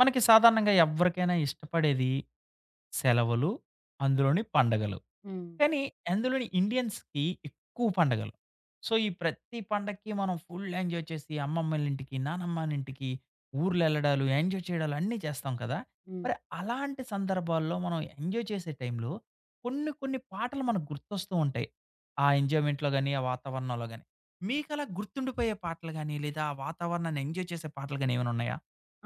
మనకి సాధారణంగా ఎవ్వరికైనా ఇష్టపడేది సెలవులు, అందులోని పండగలు. హ్మ్. కానీ అందులోని ఇండియన్స్‌కి ఎక్కువ పండగలు. సో, ఈ ప్రతి పండక్కి మనం ఫుల్ ఎంజాయ్ చేసి అమ్మమ్మలింటికి, నానమ్మలింటికి, ఊర్లెళ్ళడాలు, ఎంజాయ్ చేయడాలు అన్నీ చేస్తాం కదా! హ్మ్. మరి అలాంటి సందర్భాల్లో మనం ఎంజాయ్ చేసే టైంలో కొన్ని కొన్ని పాటలు మనకు గుర్తొస్తూ ఉంటాయి. ఆ ఎంజాయ్‌మెంట్‌లో గాని, ఆ వాతావరణంలో గాని. మీకలా గుర్తుండిపోయే పాటలు గాని, లేదా ఆ వాతావరణాన్ని ఎంజాయ్ చేసే పాటలు గాని ఏమైనా ఉన్నాయా?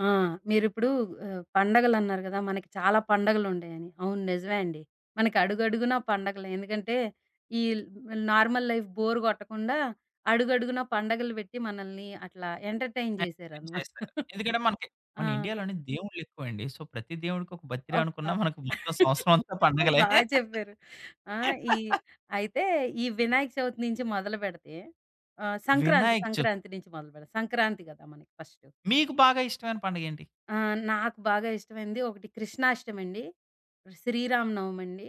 ఆ! మీరిప్పుడు పండగలన్నారు గదా! మనకి చాలా పండగలుంటాయని. అవును నిజమే అండి. మనకి అడుగడుగునా పండగలే. ఎందుకంటే, ఈ నార్మల్ లైఫ్ బోర్ గొట్టకుండా అడుగడుగునా పండగలు బెట్టి మనల్ని అట్లా ఎంటర్‌టైన్ ఎక్స్‌ప్లెయిన్ జేశారనమాట. చేశారు. ఎందుకంటే మనకి మన ఆ! ఇండియాలోనే దేవుళ్ళెక్కువండి. సో, ప్రతి దేవుడికి ఒక బర్త్ డే ఒక అనుకున్నా పాట. బా మనకు మొత్తం సంవత్సరం అంతా పండగలే. చెప్పారు. ఆ! ఈ అయితే ఈ వినాయక చవితి నుంచి మొదలుబెడితే వినాయక చవితి. సంక్రాంతి నుంచి మొదలుపెడదాం. సంక్రాంతి గదా! మనకి ఫస్టు. మీకు బాగా ఇష్టమైన పండగేంటి? ఆ! నాకు బాగా ఇష్టమైంది ఒకటి కృష్ణాష్టమండి, శ్రీరామనవమండి,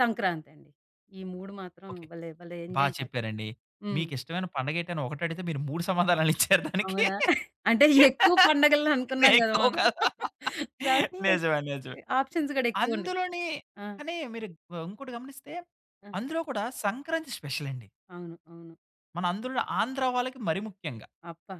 సంక్రాంతండి. ఈ 3 మాత్రం ఓకే. భలే భలే బా ఎంజాయ్ చేస్తాం. చెప్పారండి. హ్మ్. మీకిష్టమైన పండగేంటి అని ఒకటడిగితే మీరు 3 సమాధానాలిచ్చారు దానికి. అవునా? అంటే ఎక్కువ పండగలని అనుకున్నాం నేను గదా! ఎక్కువ మనం. కాదు. కాబట్టి నిజమే. నిజమే. ఆప్షన్స్ గూడా ఎక్కువున్నాయి. అందులోని ఆ! కానీ మీరు ఇంకోటి గమనిస్తే ఆ! అందులో కూడా సంక్రాంతి స్పెషలండి. అవును. అవును. మన అందులో ఆంధ్ర వాళ్ళకి మరి ముఖ్యంగా. అబ్బా!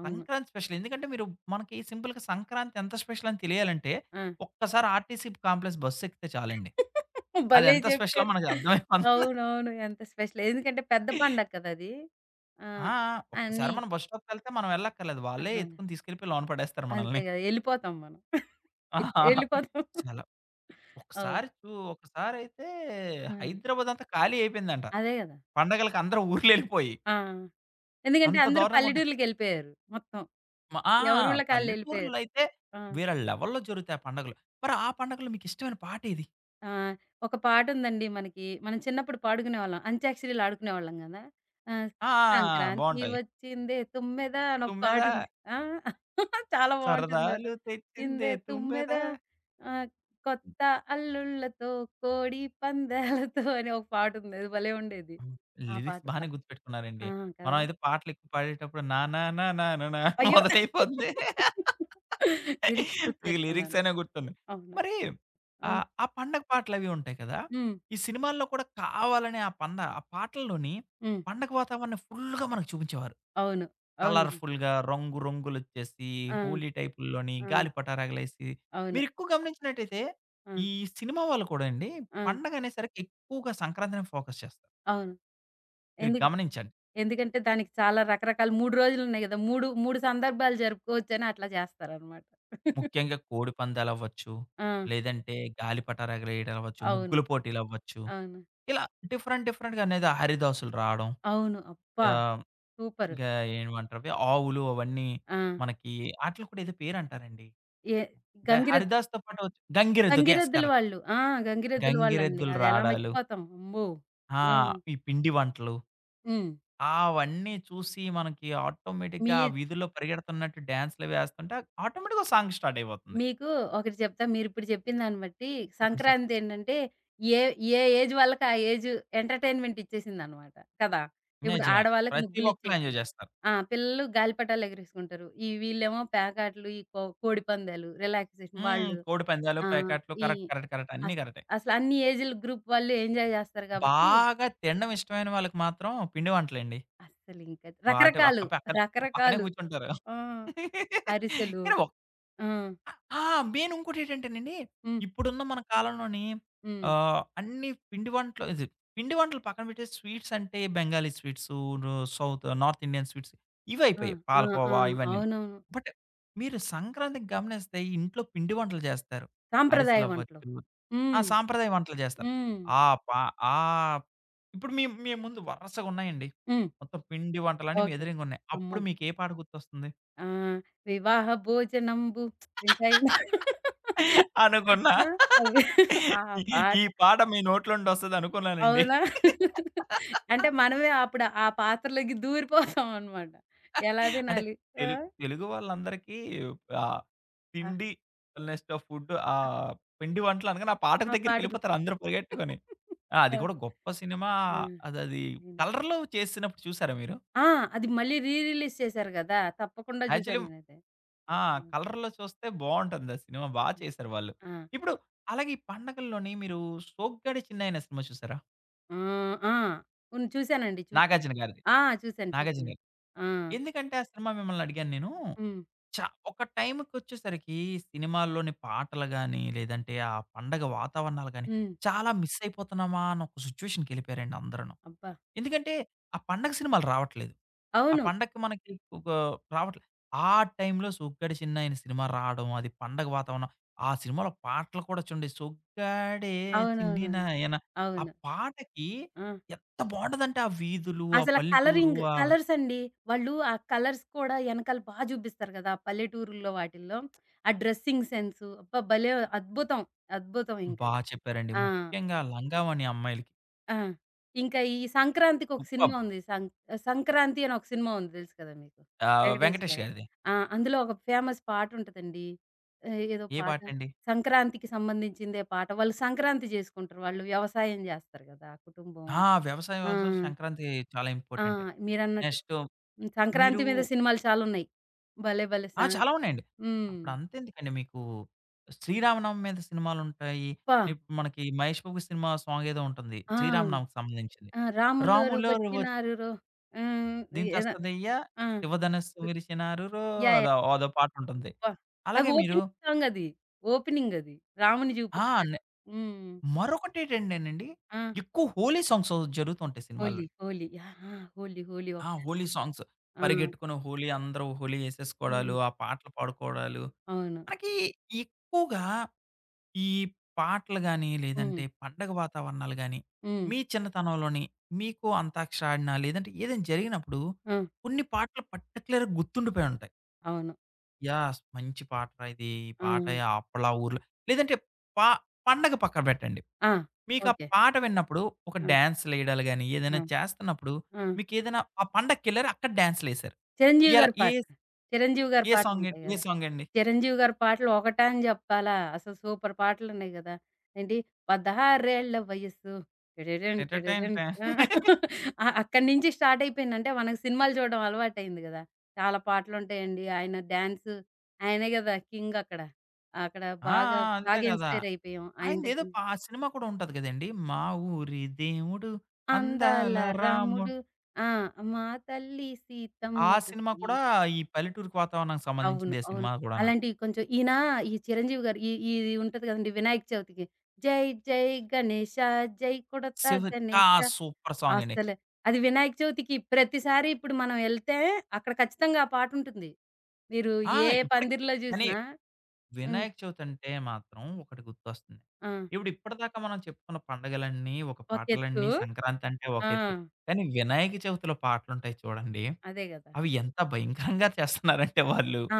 అవును. సంక్రాంతి స్పెషల్. ఎందుకంటే మీరు మనకి సింపుల్‌గా సంక్రాంతి ఎంత స్పెషల్ అని తెలియాలంటే, ఆ! ఒక్కసారి ఆర్‌టీసీ కాంప్లెక్స్ బస్సు ఎక్కితే చాలండి. అది భలే ఎంత స్పెషలో చెప్పారు. మనకు అర్థమైపోతుంది. అవునవును. ఎంత స్పెషల్. ఎందుకంటే పెద్ద పండగ కదా! అది. ఆ! ఆ! ఒక్కసారి అన్నీ మనం బస్ స్టాప్‌కెళ్తే మనం వెళ్ళక్కర్లేదు. వాళ్ళే అర్థమైనా. ఎత్తుకొని తీసుకెళ్ళిపోయి లోన పడేస్తారు అంతే మనల్ని. గదా! ఎళ్ళిపోతాం మనం. ఎ ఆహా. ఎళ్ళిపోతాం. చాలా అవును. ఒకసారి చూ ఒకసారైతే ఆ! హైదరాబాద్ అంతా ఖాళీ అయిపోయిందంట. అదే గదా! పండగలకి అందరూ ఊర్లెళ్ళిపోయి. ఆ! ఎందుకంటే అంత అందరూ దారుణంగా ఉంటది. పల్లెటూర్లకెళ్ళిపోయారు. మొత్తం. మ ఆ! ఎవరూళ్ళకి ఆళ్ళెళ్ళిపోయారు. పల్లెటూర్లో అయితే ఆ! వేరే లెవెల్‌లో జరుగుతాయి ఆ పండగలు. మరి ఆ పండగలో మీకు ఇష్టమైన పాటేది? ఆ! ఒక పాటుందండి మనకి. మనం చిన్నప్పుడు పాడుకునేవాళ్ళం. అంత్యాక్షరీలు ఆడుకునేవాళ్ళం గదా! ఆ! ఆ! ఆ! ఆ! సంక్రాంతి బావుంటాయి. వచ్చిందే తుమ్మెద అని ఒక తుమ్మెద పాటుంది. ఆ! చాలా బావుంటుంది అట. సరదాలు చిందే తెచ్చిందే తుమ్మెద. తుమ్మెద ఆహ్, హ్మ్. కొత్త అల్లుళ్ళతో కోడి పందాలతో అని ఒక పాటుంది. అది భలే ఉండేది. ఆ పాట లిరిక్స్ బా బానే ఆ! గుర్తుపెట్టుకున్నారండి. మనం కదా! అయితే పాటలు ఎక్కువ పాడేటప్పుడు నా నా నా నా నా నా అయ్యో! మొదలైపోద్ది. లిరిక్స్ మీకు లిరిక్స్ గుర్తుపెట్టుకున్నాను. అనే గుర్తున్నాయి. అవును. మరి ఆ! ఆ పండగ పాటలవి ఉంటాయి కదా! హ్మ్. ఈ సినిమాల్లో కూడా కావాలనే ఆ పాటల్లోని హ్మ్. పండగ వాతావరణం ఫుల్‌గా మనకు చూపించేవారు. అవును. అవును. కలర్‌ఫుల్‌గా రంగు రంగులొచ్చేసి, ఆ! హోలీ టైపుల్లోని ఆ! గాలిపటాలెగరేసి అవును. మీరెక్కువ గమనించినట్టయితే, ఆ! ఈ సినిమా వాళ్ళు కూడా అండి ఆ! పండగ అనేసరికి ఎక్కువగా సంక్రాంతిని ఫోకస్ చేస్తారు. అవును. మీరు ఎందుకు గమనించండి. ఎందుకంటే దానికి చాలా రకరకాల 3 రోజులున్నాయి గదా! 3, 3 సందర్భాలు జరుపుకోవచ్చని అట్లా చేస్తారనమాట. ముఖ్యంగా కోడి పందాలవ్వచ్చు, ఆ! లేదంటే గాలిపటాలెగరేయడాలవ్వచ్చు, అవును. ముగ్గుల పోటీలవ్వచ్చు, అవును. ఇలా డిఫరెంట్ డిఫరెంట్‌గా అనేది హరిదాసులు రావడం. అవును. అబ్బా! ఆహ్, సూపరు. గా ఏమంటారవి ఆవులు అవన్నీ ఆ! మనకి ఆటిలికి కూడా ఏదో పేరంటారండి. ఏ గ గంగిరెద్ హరిదాస్‌తో పాటు వచ్చి- గంగిరెద్దు. యెస్. గంగిరెద్దుల కరెక్ట్. వాళ్ళు. ఆ! గంగిరెద్దుల వాళ్ళండి. గంగిరెద్దులు అదెలా రాడాలు. మర్చిపోతాం. అమ్మో! ఆ! ఆ! ఈ పిండి వంటలు. హ్మ్. అవన్నీ చూసి మనకి మీ ఆటోమేటిక్‌గా ఆ వీధుల్లో పరిగెడుతున్నట్టు డాన్స్‌లు వేస్తుంటే ఆటోమేటిక్‌గా ఒక సాంగ్ స్టార్ట్ అయిపోతుంది. మీకు ఒకటి చెప్తా. మీరిప్పుడు చెప్పిన దాన్ని బట్టి చెప్పండి చెప్పండి. సంక్రాంతి ఏంటంటే ఏ ఏ ఏజ్ వాళ్ళకి ఆ ఏజ్ ఎంటర్‌టైన్‌మెంట్ ఇచ్చేసిందనమాట. కదా! ఇప్పుడు నిజమే. ఆడవాళ్ళకి ప్రతి ఒక్కళ్ళు ఎంజాయ్ ముగ్గులిచ్చేసింది. చేస్తారు. ఆ! పిల్లలు గాలిపటాలు ఎగిరేసుకుంటారు. ఈ వీళ్ళేమో పేకాటలు, ఈ కో కోడి పందాలు, రిలాక్సేషన్ హ్మ్. వాళ్ళు కోడి పందాలు, ఆ! పేకాట్లు ఈ కరెక్ట్, కరెక్ట్, కరెక్ట్ అన్నీ అస్ కరెక్టే. అసలు అన్ని ఏజ్‌ల గ్రూప్ వాళ్ళు ఎంజాయ్ జేస్తారు కాబట్టి బాగా తినడం ఇష్టమైన వాళ్ళకి మాత్రం పిండి వంటలండి. అస్సలింక వాటి పక్క రకరకాలు, పక్కన పక్కనే రకరకాలు. కూర్చుంటారు. ఆ! అరిసెలు. కానీ ఆ! ఆ! ఆ! మెయిన్ ఇంకోటేంటంటేనండి, హ్మ్. ఇప్పుడున్న మన కాలంలోని హ్మ్. అన్ని పిండి వంటలు ఇది పిండి వంటలు పక్కన పెట్టేసి స్వీట్స్ అంటే బెంగాలీ స్వీట్సు, ను సౌత్ నార్త్ ఇండియన్ స్వీట్స్ ఆ! ఇవయిపోయాయి. ఆ! ఆ! పాలకోవా ఇవన్నీని. అవునవును. బట్ మీరు సంక్రాంతికి గమనిస్తే ఇంట్లో పిండి వంటలు చేస్తారు. సాంప్రదాయ వంటలు. అరిసెలవ్వచ్చు, ఆ! హ్మ్. సాంప్రదాయ వంటలు చేస్తారు. హ్మ్. ఆ పా ఆ ఇప్పుడు మీ మీ ముందు వరసగున్నాయండి. హ్మ్. మొత్తం పిండి వంటలని మీ ఓకే. ఎదురింగున్నాయి. అమ్మో! అప్పుడు మీకే పాట గుర్తొస్తుంది? ఆ! వివాహ భోజనంబు వింతై అనుకున్నా. ఆ! అవి ఆ ఈ పాట ఈ పాట మీ నోట్లో నుండి వస్తదనుకున్నానండి. అవునా? అంటే మనమే అప్పుడు ఆ పాత్రలోకి దూరిపోతాం అన్నమాట. ఎలా అంటే తినాలి? ఆ! తెలుగు తెలుగు వాళ్ళందరికీ ఆహ్, ఆ! తిండి నెక్స్ట్ ఫుడ్ పిండి వంటలు అనగానే ఆ పాటకు ఆ పాట గుర్తు దగ్గరికెళ్ళిపోతారు అందరూ పరిగెట్టుకొని. ఆ! అది ఆ! కూడా గొప్ప సినిమా. ఆ! అదది నేను కలర్‌లో చేసినప్పుడు చూసారా మీరు? ఆ! అది మళ్ళీ రిలీజ్ చేశారు గదా! తప్పకుండా చూసాను యాక్చువల్లీ నేనైతే. ఆ! అసలు కలర్‌లో చూస్తే బావుంటుంది ఆ సినిమా. బా చేశారు వాళ్ళు. ఆ! ఇప్పుడు అలాగే ఈ పండగల్లోని మీరు 'సోగ్గాడే చిన్నాయిన' సినిమా చూసారా? ఆ! ఆ! చూసానండి. చూసాను. నాగార్జున గారిది. ఆ! చూసాను. నాగార్జున చూసాను. గారిది. ఆ! ఎందుకంటే ఆ సినిమా మిమ్మల్ని అడిగాను నేను. హ్మ్. చ ఒక టైమ్‌కొచ్చేసరికి సినిమాల్లోని పాటలు గాని, లేదంటే ఆ పండగ వాతావరణాలు గాని, హ్మ్. చాలా మిస్ అయిపోతున్నామా అని ఒక సిట్యుయేషన్‌కెళ్ళిపోయారండి అందరూను. అబ్బా! ఎందుకంటే ఆ పండగ సినిమాలు రావట్లేదు. ఆ అవును. పండగకి మనకి ఒక రావట్లే. ఆ టైమ్‌లో 'సోగ్గాడే చిన్నయి' అనే సినిమా రావడం, అది పండగ వాతావరణం. ఆ సినిమాలో పాటలు కూడా చూడండి 'సోగ్గాడే చిన్ని అవునవునవును. నాయన' ఆ అవును. పాటకి ఆ! ఎంత బావుంటదంటే ఆ వీధులు, ఆ పల్లెటూరు కలరింగ్ ఆ కలర్స్ అండి. వాళ్ళు ఆ కలర్స్ కూడా ఎనకాల బా చూపిస్తారు కదా! ఆ పల్లెటూరుల్లో వాటిల్లో. ఆ డ్రెస్సింగ్ సెన్సు అబ్బా! భలే అద్భుతం. అద్భుతం బా ఇంకది. చెప్పారండి. ఆ! ముఖ్యంగా లంగావోణి అమ్మాయిలకి. ఆ! ఇంకా ఈ సంక్రాంతికొక సినిమా సూపర్బ్! ఉంది. 'సంక్రాంతి' అని ఒక సినిమా ఉంది తెలుసు కదా మీకు? వెంకటేష్ వెంకటేష్ గారి. గారిది. ఆ! అందులో ఒక ఫేమస్ పాటుంటదండి. ఏదో ఏ పాట పాటండి? సంక్రాంతికి సంబంధించిందే పాట. వాళ్ళు సంక్రాంతి చేసుకుంటారు. వాళ్ళు వ్యవసాయం చేస్తారు కదా! ఆ కుటుంబం. ఆ! వ్యవసాయం ఆ! అసలు సంక్రాంతి చాలా ఆ! ఇంపార్టెంటే. మీరన్నట్టు నెక్స్ట్ హ్మ్. సంక్రాంతి మీరు మీద సినిమాలు చాలున్నాయి. భలే! భలే! ఆ! సా చాలా ఉన్నాయండి. హ్మ్. అప్పుడు అంతెందుకండి మీకు 'శ్రీరామనవమి' మీద సినిమాలుంటాయి. అబ్బా! ఇప్పుడు మనకి 'మహేష్ బాబు' సినిమా సాంగ్ ఏదో ఉంటుంది. ఆ! శ్రీరామనవమికి సంబంధించింది. ఆ! 'రాములోరు 'రాములోరువొ వచ్చినారురో' హ్మ్. ఏదో దించస్తదయ్యా ఆ! శివధనస్సు విరిచినారురో' యాహ్! అదో అదో పాటుంటుంది. అబ్బా! అది అలాగే మీరు ఓపెనింగ్ సాంగ్ అది. ఓపెనింగ్ అది. రాముని ఆ! చూపిస్తారు. హ్మ్. మరొకటేటంటేనండి, ఆ! ఎక్కువ హోలీ సాంగ్స్ జరుగుతుంటాయి 'హోలీ సినిమాల్లో. హోలీ' యాహ్! ఆ! 'హోలీ హోలీ' ఆ! ఒకటండి. హోలీ సాంగ్స్ ఆ! పరిగెట్టుకుని హోలీ అందరూ హోలీ ఏసేసుకోవడాలు, హ్మ్. ఆ పాటలు పాడుకోవడాలు. అవును. మనకి ఎక్కువగా ఈ పాటలు గాని, హ్మ్. లేదంటే పండగ వాతావరణాలు గాని, హ్మ్. మీ చిన్నతనంలోని మీకు అంతాక్షరి ఆడిన, లేదంటే ఏదైనా జరిగినప్పుడు ఆ! కొన్ని పాటలు పర్టిక్యులర్‌గా గుర్తుండిపోయి ఉంటాయి. అవును. యాహ్! మంచి పాటరా ఇది. ఈ ఆ! పాట అప్పలా ఊర్లో లేదంటే పా పండగ పక్కన పెట్టండి. ఆ! మీకా ఓకే. పాట విన్నప్పుడు ఒక ఆ! డాన్స్‌లేయడాలు గాని, ఏదైనా ఆ! చేస్తున్నప్పుడు ఆ! మీకేదైనా ఆ పండక్కెళ్లారు అక్కడ డాన్స్‌లేసారు. చిరంజీవి ఇలా గారి ఏ పాటలు. చిరంజీవి గారి ఏ సాంగ్ పాటలుంటాయి ఏ గదా! సాంగ్ అండి? చిరంజీవి గారి పాటలు ఒకటా అని జెప్పాలా? అసలు సూపర్ పాటలున్నాయి గదా! ఏంటి 16 ఏళ్ల వయస్సు టిడిడన్ టెన్ టెన్ టిడిడన్ టెన్ ఆ! అక్కడి నుంచి స్టార్ట్ అయిపోయింది. అంటే మనకు సినిమాలు చూడడం అలవాటయింది గదా! చాలా పాటలుంటాయండి. ఆయన డాన్సు ఆయనే గదా! కింగ్ అక్కడ. అక్కడ ఆ! బాగా, ఆ! అంతే బాగా కదా! ఇన్‌స్పైర్ అయిపోయాం ఆయన ఆయనదేదో దగ్గర. పా సినిమా కూడా ఉంటది కదండీ! 'మా ఊరి దేవుడు అందాల అందాల రాముడు' రాముడు ఆ! మా తల్లి ఆ సీతమ్మకు సినిమా శ్రీ కూడా ఈ పల్లెటూరికి వాతావరణానికి అవును. సంబంధించిందే అవును. సినిమా కూడాను. అలాంటివి కొంచెం ఈయన ఈ 'చిరంజీవి' గారు ఈ ఈ- ఇది ఉంటది కదండీ వినాయక చవితికి. జై జై గణేష జై కొడతా శివ ఆ! గణేష సూపర్ సాంగ్ అండి. అస్సలు అది వినాయక చవితికి ప్రతిసారి ఇప్పుడు మనం ఎళ్తే అక్కడ ఖచ్చితంగా ఆ పాటుంటుంది. మీరు ఆ! ఏ ఇప్పటికి పందిరిలో కానీ చూసినా హ్మ్. వినాయక చవితి అంటే మాత్రం ఒకటి గుర్తొస్తుంది. ఆ! ఇప్పుడు ఇప్పటిదాకా మనం చెప్పుకున్న పండగలన్నీ, ఒక ఒకెత్తు. పాటలన్నీ, సంక్రాంతి అంటే ఒక ఆ! ఎత్తు. కానీ వినాయక చవితిలో పాటలుంటాయి చూడండి. అదే గదా! అవి ఎంత భయంకరంగా చేస్తున్నారంటే వాళ్ళు, ఆ!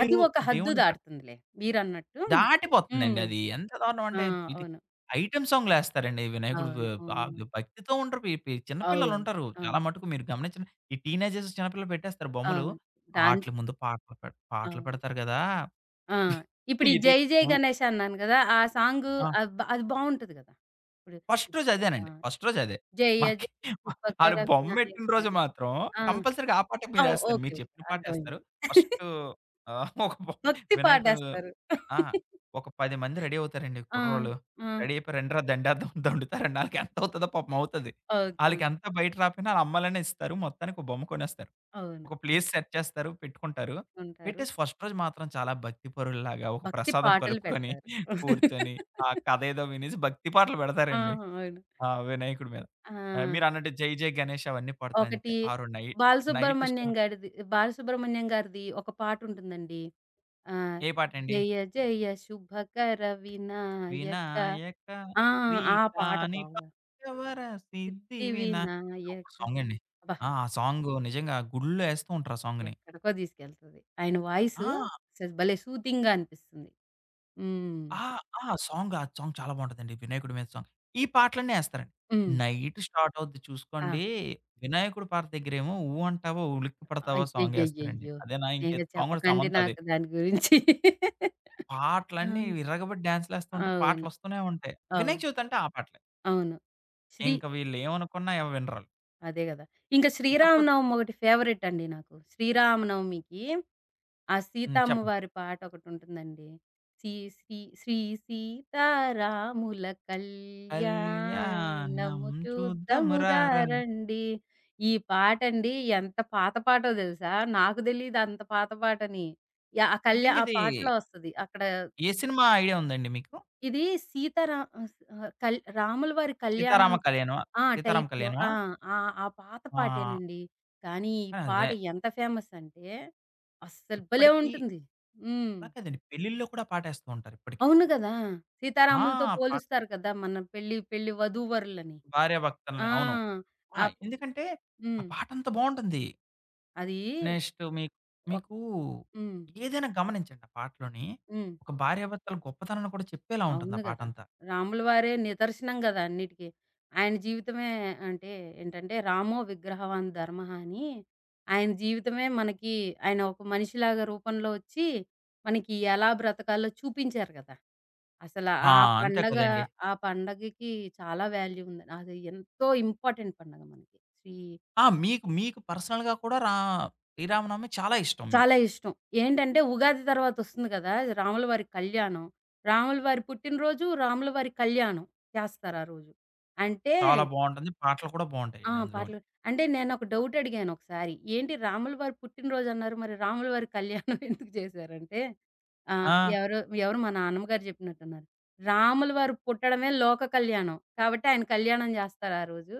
అది ఒక హద్దు దేవుడిని పె దాటుతుందిలే మీరన్నట్టు. దాటిపోతుందండి హ్మ్. అది. ఎంత దారుణం ఆ! అంటే ఇది అవును. ఐటెమ్ సాంగ్‌లేస్తారండి వినాయకుడు వ్ అవును. అవును. భక్తితో ఉండరు. పి పి చిన్న అవును. పిల్లలుంటారు. చాలా అవును. మటుకు మీరు గమనించిన ఈ టీనేజర్స్ చిన్నపిల్లలు పెట్టేస్తారు బొమ్మలు. అవును. డాన్స్ ఆట్లి ముందు పాటలు అవును. పెడతారు గదా! ఆ! ఇప్పుడు ఈ ఇది 'జై జై ఉ గణేష్' అన్నాను గదా! ఆ సాంగు ఆ! అది బావుంటది గదా! ఇప్పుడు ఫస్ట్ రోజు ఆ! అదేనండి. ఫస్ట్ రోజు అదే. జయ మనకి జయ తుప్పకర ఆళ్ళు వినాయక బొమ్మెట్టిన ఆ! రోజు మాత్రం కంపల్సరీగా ఆ పాటే ఆ! మీరేస్తారు. ఓకే. మీరు ఓకే. చెప్పిన పాటేస్తారు. అర్థమైంది. ఫస్టు ఒక బొ భక్తి వినాయకుడు పాడేస్తారు. ఆ! ఒక 10 మంది రెడీ అవుతారండి ఆ! కుర్రోళ్ళు. ఆ! రెడీ అయిపోయి "రండ్రా దండేద్దాం" దండుతారండి. ఆళ్ళకి ఎంతవుతదో పాపం అవుతది. ఓకే. ఓకే. ఆళ్ళకెంత బయట రాపోయినా ఆళ్ళ అమ్మోళ్ళనే ఇస్తారు. మొత్తానికి ఒక బొమ్మ కొనేస్తారు. అవును. ఒక ప్లేస్ సెట్ చేస్తారు. పెట్టుకుంటారు. పెట్టుకుంటారు. పెట్టేసి ఫస్ట్ రోజు మాత్రం చాలా భక్తి పరుల్లాగా ఒక భక్తి ప్రసాదం పాటలు కలుపుకొని పెడతారు. కూర్చొని, ఆ కథ ఏదో వినేసి భక్తి పాటలు ఆ! పెడతారండి. అవును. ఆ! వినాయకుడి మీద. ఆ! మీరన్నట్టు 'జై జై గణేష్' అవన్నీ పాడతారంతే. ఒకటి ఆ రోజు నై నైట్ బాలసుబ్రహ్మణ్యం స్టార్ట్. గారిది, బాలసుబ్రహ్మణ్యం గారిది ఒక పాటుంటుందండి. ఆ! ఏ పాటండి? 'జయ జయ శుభకర వినాయక' వినాయక ఆ! ఆ పాట శ్రీకాని బాగా. పార్థవర సిద్ధి 'సిద్ధి వినా సూపర్ వినాయక' సాంగండి. అబ్బా! ఆ! ఆ సాంగు నిజంగా గుడిలో ఏస్తూ ఉంటారు ఆ సాంగ్‌ని. ఎక్కడికో తీసుకెళ్తది. ఆయన వాయిసు ఆ! అసలు భలే సూదింగ్‌గా అనిపిస్తుంది. హ్మ్. ఆ! ఆ! ఆ సాంగ్ చాలా బావుంటదండి. వినాయకుడి మీద సాంగ్. ఈ పాటలన్నీ ఏస్తారండి. హ్మ్. నైట్ స్టార్ట్ అవుద్ది ఆ! చూసుకోండి. వినాయకుడి పాట దగ్గరేమో 'ఊ అంటావా ఉలిక్కి పడతావా' సాంగేస్తారండి. అయ్యయ్యయ్యయ్యో! అదేనా ఇక ఇంకేదో సాంగ్ కూడా చెప్పకండి సమంతదే. నాకు దాని గురించి. ఆ! పాటలన్నీ విర్రగబడి డాన్స్‌లేస్తుంటారు. అవును. పాటలొస్తూనే ఉంటాయి. అవు వినాయక చవితి అంటే ఆ పాటలే. అవును. శ్రీ ఇంక వీళ్ళేమనుకున్నా ఎవ వినరాళ్ళు. అదే గదా! ఇంకా ఇకపోతే శ్రీరామనవమి ఒకటి ఫేవరెట్ అండి నాకు. శ్రీరామనవమికి ఆ హ్మ్. సీతమ్మ చెప్పండి. వారి పాటొకటుంటుందండి. శ్రీ శ్రీ శ్రీ సీతారాముల కల్యాణం కళ్యాణము చూద్దాం చూద్దామురా రారండి. రండి. ఈ పాటండి ఎంత పాత పాటో దెలుసా? నాకు దెలీదు అంత పాత పాటని. యాహ్! ఐ థింక్ ఆ ఇది పాటలో ఒస్తది. అక్కడ ఏ సినిమా ఐడియా ఉందండి మీకు? ఇది సీతారా ఆహ్, ఆహ్, కల్ రాముల వారి కళ్యాణం 'సీతారామ కళ్యాణమా'? ఆ! 'సీతారామ టైప్‌లో. ఆ! కళ్యాణమా'? ఆ! ఆ పాత ఆ! పాటేనండి. కానీ ఈ పాట అదే. ఎంత ఫేమస్ అంటే అస్సలు భలే ఇప్పటికి ఉంటుంది. హ్మ్. అలా కాదండి. పెళ్ళిల్లో కూడా పాటేస్తూ ఉంటారు ఇప్పటికి. అవును గదా! ఆ! సీతారాములతో పాట పోలుస్తారు కదా! మన పెళ్లి పెళ్లి వధూవరులని. భార్యాభర్తల్ని. ఆ! అవును. ఆ! అప్ ఎందుకంటే ఆ హ్మ్. పాటంత బావుంటుంది. అది నెక్స్ట్ మీకు ఒక్ మీకు హ్మ్. ఏదైనా గమనించండి ఆ పాటలోని. హ్మ్. ఒక భార్యాభర్తల గొప్పతనాన్ని కూడా చెప్పేలా ఉంటుంది అవును ఆ గదా! పాటంతా. రాముల వారే నిదర్శనం గదా అన్నిటికి. ఆయన జీవితమే అంటే ఏంటంటే, రామో విగ్రహవాన్ ధర్మః అని ఆయన జీవితమే మనకి ఆయన ఒక మనిషిలాగా రూపంలో వచ్చి, మనకి ఎలా బ్రతకాలో చూపించారు గదా! అసల ఆ! ఆ అంతే పండగ, కదండీ. ఆ పండగకి చాలా వాల్యూ ఉంది. అది ఎంతో ఇంపార్టెంట్ పండగ మనకి. శ్రీ ఆ! మీకు మీకు పర్సనల్‌గా కూడా రా 'శ్రీరామనవమి' చాలా ఇష్టం మీకు. చాలా ఇష్టం. ఏంటంటే ఉగాది తర్వాతొస్తుంది గదా! రాముల వారి కళ్యాణం. రాముల వారి పుట్టినరోజు, రాముల వారి కళ్యాణం చేస్తారు ఆ రోజు. అంటే చాలా బావుంటుంది. పాటలు కూడా ఆ! బావుంటాయండి అందులోని. పాటలు అంటే నేనొక డౌట్ అడిగాను ఒకసారి. ఏంటి రాముల వారి పుట్టినరోజు అన్నారు. మరి రాముల వారి కళ్యాణం ఎందుకు చేశారంటే ఆ! ఎవరో మా నాన్నమ్మ గారు చెప్పినట్టున్నారు. రాముల వారు పుట్టడమే లోక కళ్యాణం. కాబట్టి ఆయన కళ్యాణం జేస్తారు ఆ రోజు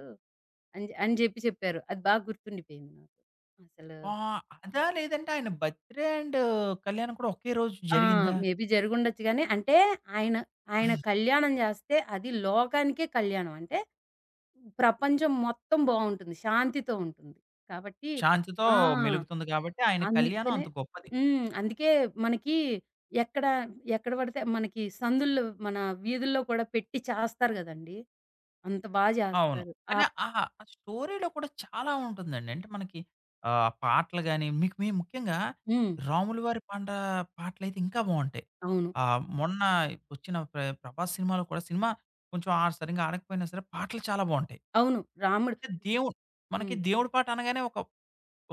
అని అని జెప్పి చెప్పారు. అది బాగా గుర్తుండిపోయింది నాకు. అసలు ఆహ్, అదా? లేదంటే ఆయన బర్త్‌డే అండ్ కళ్యాణం కూడా ఒకే రోజు ఆ! జరిగిందా? మేబీ జరిగుండొచ్చు గానీ, అంటే ఆయన, ఆయన కళ్యాణం జేస్తే అది లోకానికే కళ్యాణం. అంటే ప్రపంచం మొత్తం బావుంటుంది. శాంతితో ఉంటుంది. కాబట్టి శాంతితో ఆ! మెలుగుతుంది కాబట్టి ఆయన కళ్యాణం అందుకనే అంత గొప్పది. హ్మ్. అందుకే మనకి ఎక్కడ, ఎక్కడ పడితే మనకి సందుల్లో మన వీధుల్లో కూడా పెట్టి చేస్తారు గదండీ! అంత బా అవును. జేస్తారు. కానీ ఆప్ ఆహా! ఆ స్టోరీలో కూడా చాలా ఉంటుందండి. అంటే మనకి పాటలు గాని, మీకు మే ముఖ్యంగా హ్మ్. రాములు వారి పాట పాటలైతే ఇంకా బావుంటాయి. అవును. ఆహ్, మొన్న వచ్చిన ప్ర 'ప్రభాస్' సినిమాలో కూడా సినిమా కొంచెం ఆ సరింగా ఆడకపోయినా సరే పాటలు చాలా బావుంటాయి. అవును. రాముడు అంటే దేవుడు మనకి హ్మ్. దేవుడి పాట అనగానే ఒక,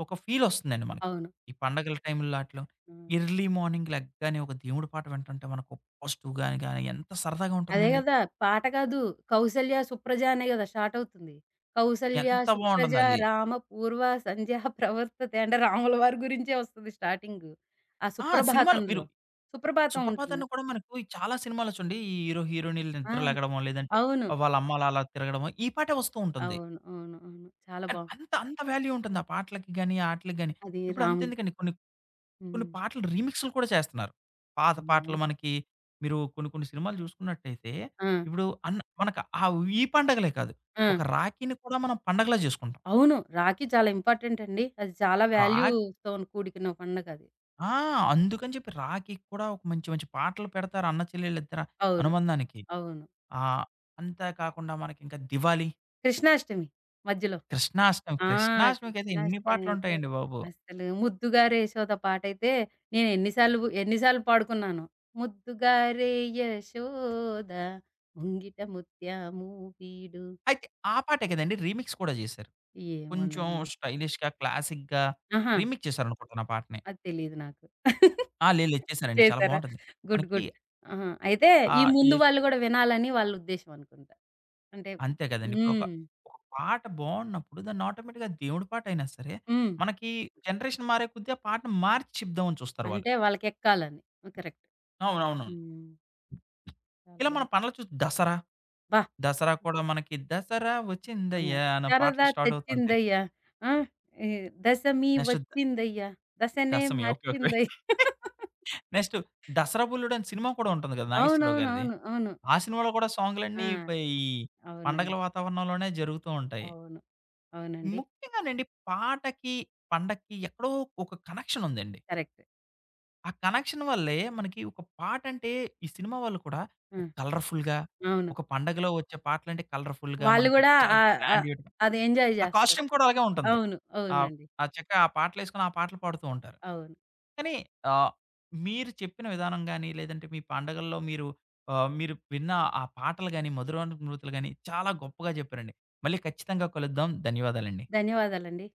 ఒక ఫీలొస్తుందండి మనకి. అవును. ఈ పండగల టైంలో ఆటిలో హ్మ్. ఎర్లీ మార్నింగ్ లెగ్గానే ఒక దేవుడి పాట వింటుంటే మనకు పాజిటివ్‌గా గాని ఎంత సరదాగా అదే ఉంటుందండి. గదా! పాట కాదు. 'కౌసల్య సుప్రజ' అనే గదా! స్టార్ట్ అవుతుంది. 'కౌసల్య ఎంత సుప్రజ బావుంటుందది. రామ పూర్వ సంధ్యా ప్రవర్తతే' అంటే రాముల వారి గురించే వస్తది స్టార్టింగు. ఆ ఆ! సినిమాలో సుప్రభాతంలో. మీరు సుప్రభాతం 'సుప్రభాత్' ఉంటుంది. అన్న కూడా మనకు ఈ చాలా సినిమాలో చూడండి ఈ హీరో, హీరోయిన్‌లు ఆ! నిద్రలెగడమో, లేదంటే అవును. వాళ్ళ అమ్మ అలా అలా తిరగడమో ఈ పాటే వస్తూ ఉంటుంది. అవును. అవును. అవును. చాలా కానీ బావుం అంత అంత వాల్యూ ఉంటుంది ఆ పాటలకి గాని, ఆటిలకి గాని. అది ఇప్పుడు రాముడు. అంతెందుకండి కొన్ని కొన్ని హ్మ్. పాటలు రీమిక్స్‌లు కూడా చేస్తున్నారు. పాత అవునా? పాటలు మనకి మీరు కొన్ని కొన్ని సినిమాలు చూసుకున్నట్టయితే ఆ! ఇప్పుడు అన్ మనకు ఈ పండగలే కాదు. ఆ! ఒక రాఖీని కూడా మనం పండగలా చేసుకుంటాం. అవును. రాఖీ చాలా ఇంపార్టెంట్ అండి. అది చాలా రాఖ్ వాల్యూ‌తోని కూడికిన పండగది. ఆ! అందుకని చెప్పి రాఖీకి కూడా ఒక మంచి మంచి పాటలు పెడతారు అన్న చెల్లెలిద్దరి అవును. అనుబంధానికి. అవును. ఆ! అంతా కాకుండా మనకింకా 'దివాళి', కృష్ణాష్టమి మధ్యలో. 'కృష్ణాష్టమి', ఆ! 'కృష్ణాష్టమి'కైతే ఎన్ని 'కృష్ణాష్టమి' అయితే పాటలుంటాయండి బాబు! అస్సలు 'ముద్దుగారే యశోద' పాటైతే నేను ఎన్ని సార్లు పాడుకున్నానో. ముద్దుగారే యశోద ముంగిట ముత్యము వీడు అయితే ఆ పాటే కదండీ రీమిక్స్ కూడా జేశారు. కొంచెం ఏమోనండి. స్టైలిష్‌గా, క్లాసిక్‌గా ఆహా! రీమిక్స్ చేశారనుకుంటాను ఆ పాటని. అది తెలీదు నాకు. ఆ! లేదు లేదు. చేశారండి. చాలా చేశారా? బావుంటుంది. గుడ్. మనకి గుడ్. ఆహా! అయితే ఈ ఆహ్, ముందు యష్ వాళ్ళు గూడా వినాలని వాళ్ళ ఉద్దేశ్యం అనుకుంటా. అంటే అంతే కదండీ. ఒక హ్మ్. ఒక పాట బావున్నప్పుడు దాన్ని ఆటోమేటిక్‌గా దేవుడి పాటయినా సరే, హ్మ్. మనకి జనరేషన్ మారే కొద్దీ ఆ పాటను మార్చి చెప్దామని చూస్తారు వాళ్ళు. అంటే వాళ్ళకెక్కాలని. కరెక్ట్. అవునవును. హ్మ్. చాలా ఇలా మన బావుంది. పండగలు చూసి దసరా, అబ్బా! దసరా కూడా మనకి 'దసరా ఆ! వచ్చిందయ్యా' అనే సరదా పాటలు స్టార్ట్ అవుతుంటాయి. తెచ్చిందయ్యా. ఆ! ఈ దశమి నెక్స్ట్ ద వచ్చిందయ్యా. దశనే దశమి ఓకే. ఓకే. మార్చిందయ్యా. నెక్స్ట్ 'దసరా బుల్లుడు' అనే సినిమా కూడా ఉంటుంది కదా! నాగేశ్వరరావు గారిది. అవునవునవును. అవును. ఆ సినిమాలో కూడా సాంగ్‌లన్నీ ఆ! పై ఈ పండగల అవునండి. వాతావరణంలోనే జరుగుతూ ఉంటాయి. అవును. అవునండి. ముఖ్యంగానండి పాటకి, పండక్కి ఎక్కడో ఒక కనెక్షన్ ఉందండి. కరెక్ట్. ఆ కనెక్షన్ వల్లే మనకి ఒక పాటంటే ఈ సినిమా వాళ్ళు కూడా ఆ! ఒక కలర్‌ఫుల్‌గా అవును. ఒక పండగలో వచ్చే పాటలంటే కలర్‌ఫుల్‌గా వాళ్ళు మనకి గూడా చాలా ఆహ్, ఆహ్, గ్రాండ్‌గా అది ఎంజాయ్ ఆ జేస్తారు. కాస్ట్యూమ్ కూడా అలాగే ఉంటుంది. అవును. ఆహ్, అవునండి. ఆ చక్క ఆ పాటలేసుకొని ఆ పాటలు పాడుతూ ఉంటారు. అవును. కానీ ఆహ్, మీరు చెప్పిన విధానం గాని, లేదంటే మీ పండగల్లో మీరు మీరు విన్న ఆ పాటలు గాని, మధురానుభూతులు గాని చాలా గొప్పగా చెప్పారండి. మళ్ళీ ఖచ్చితంగా కలుద్దాం. ధన్యవాదాలండి. ధన్యవాదాలండి.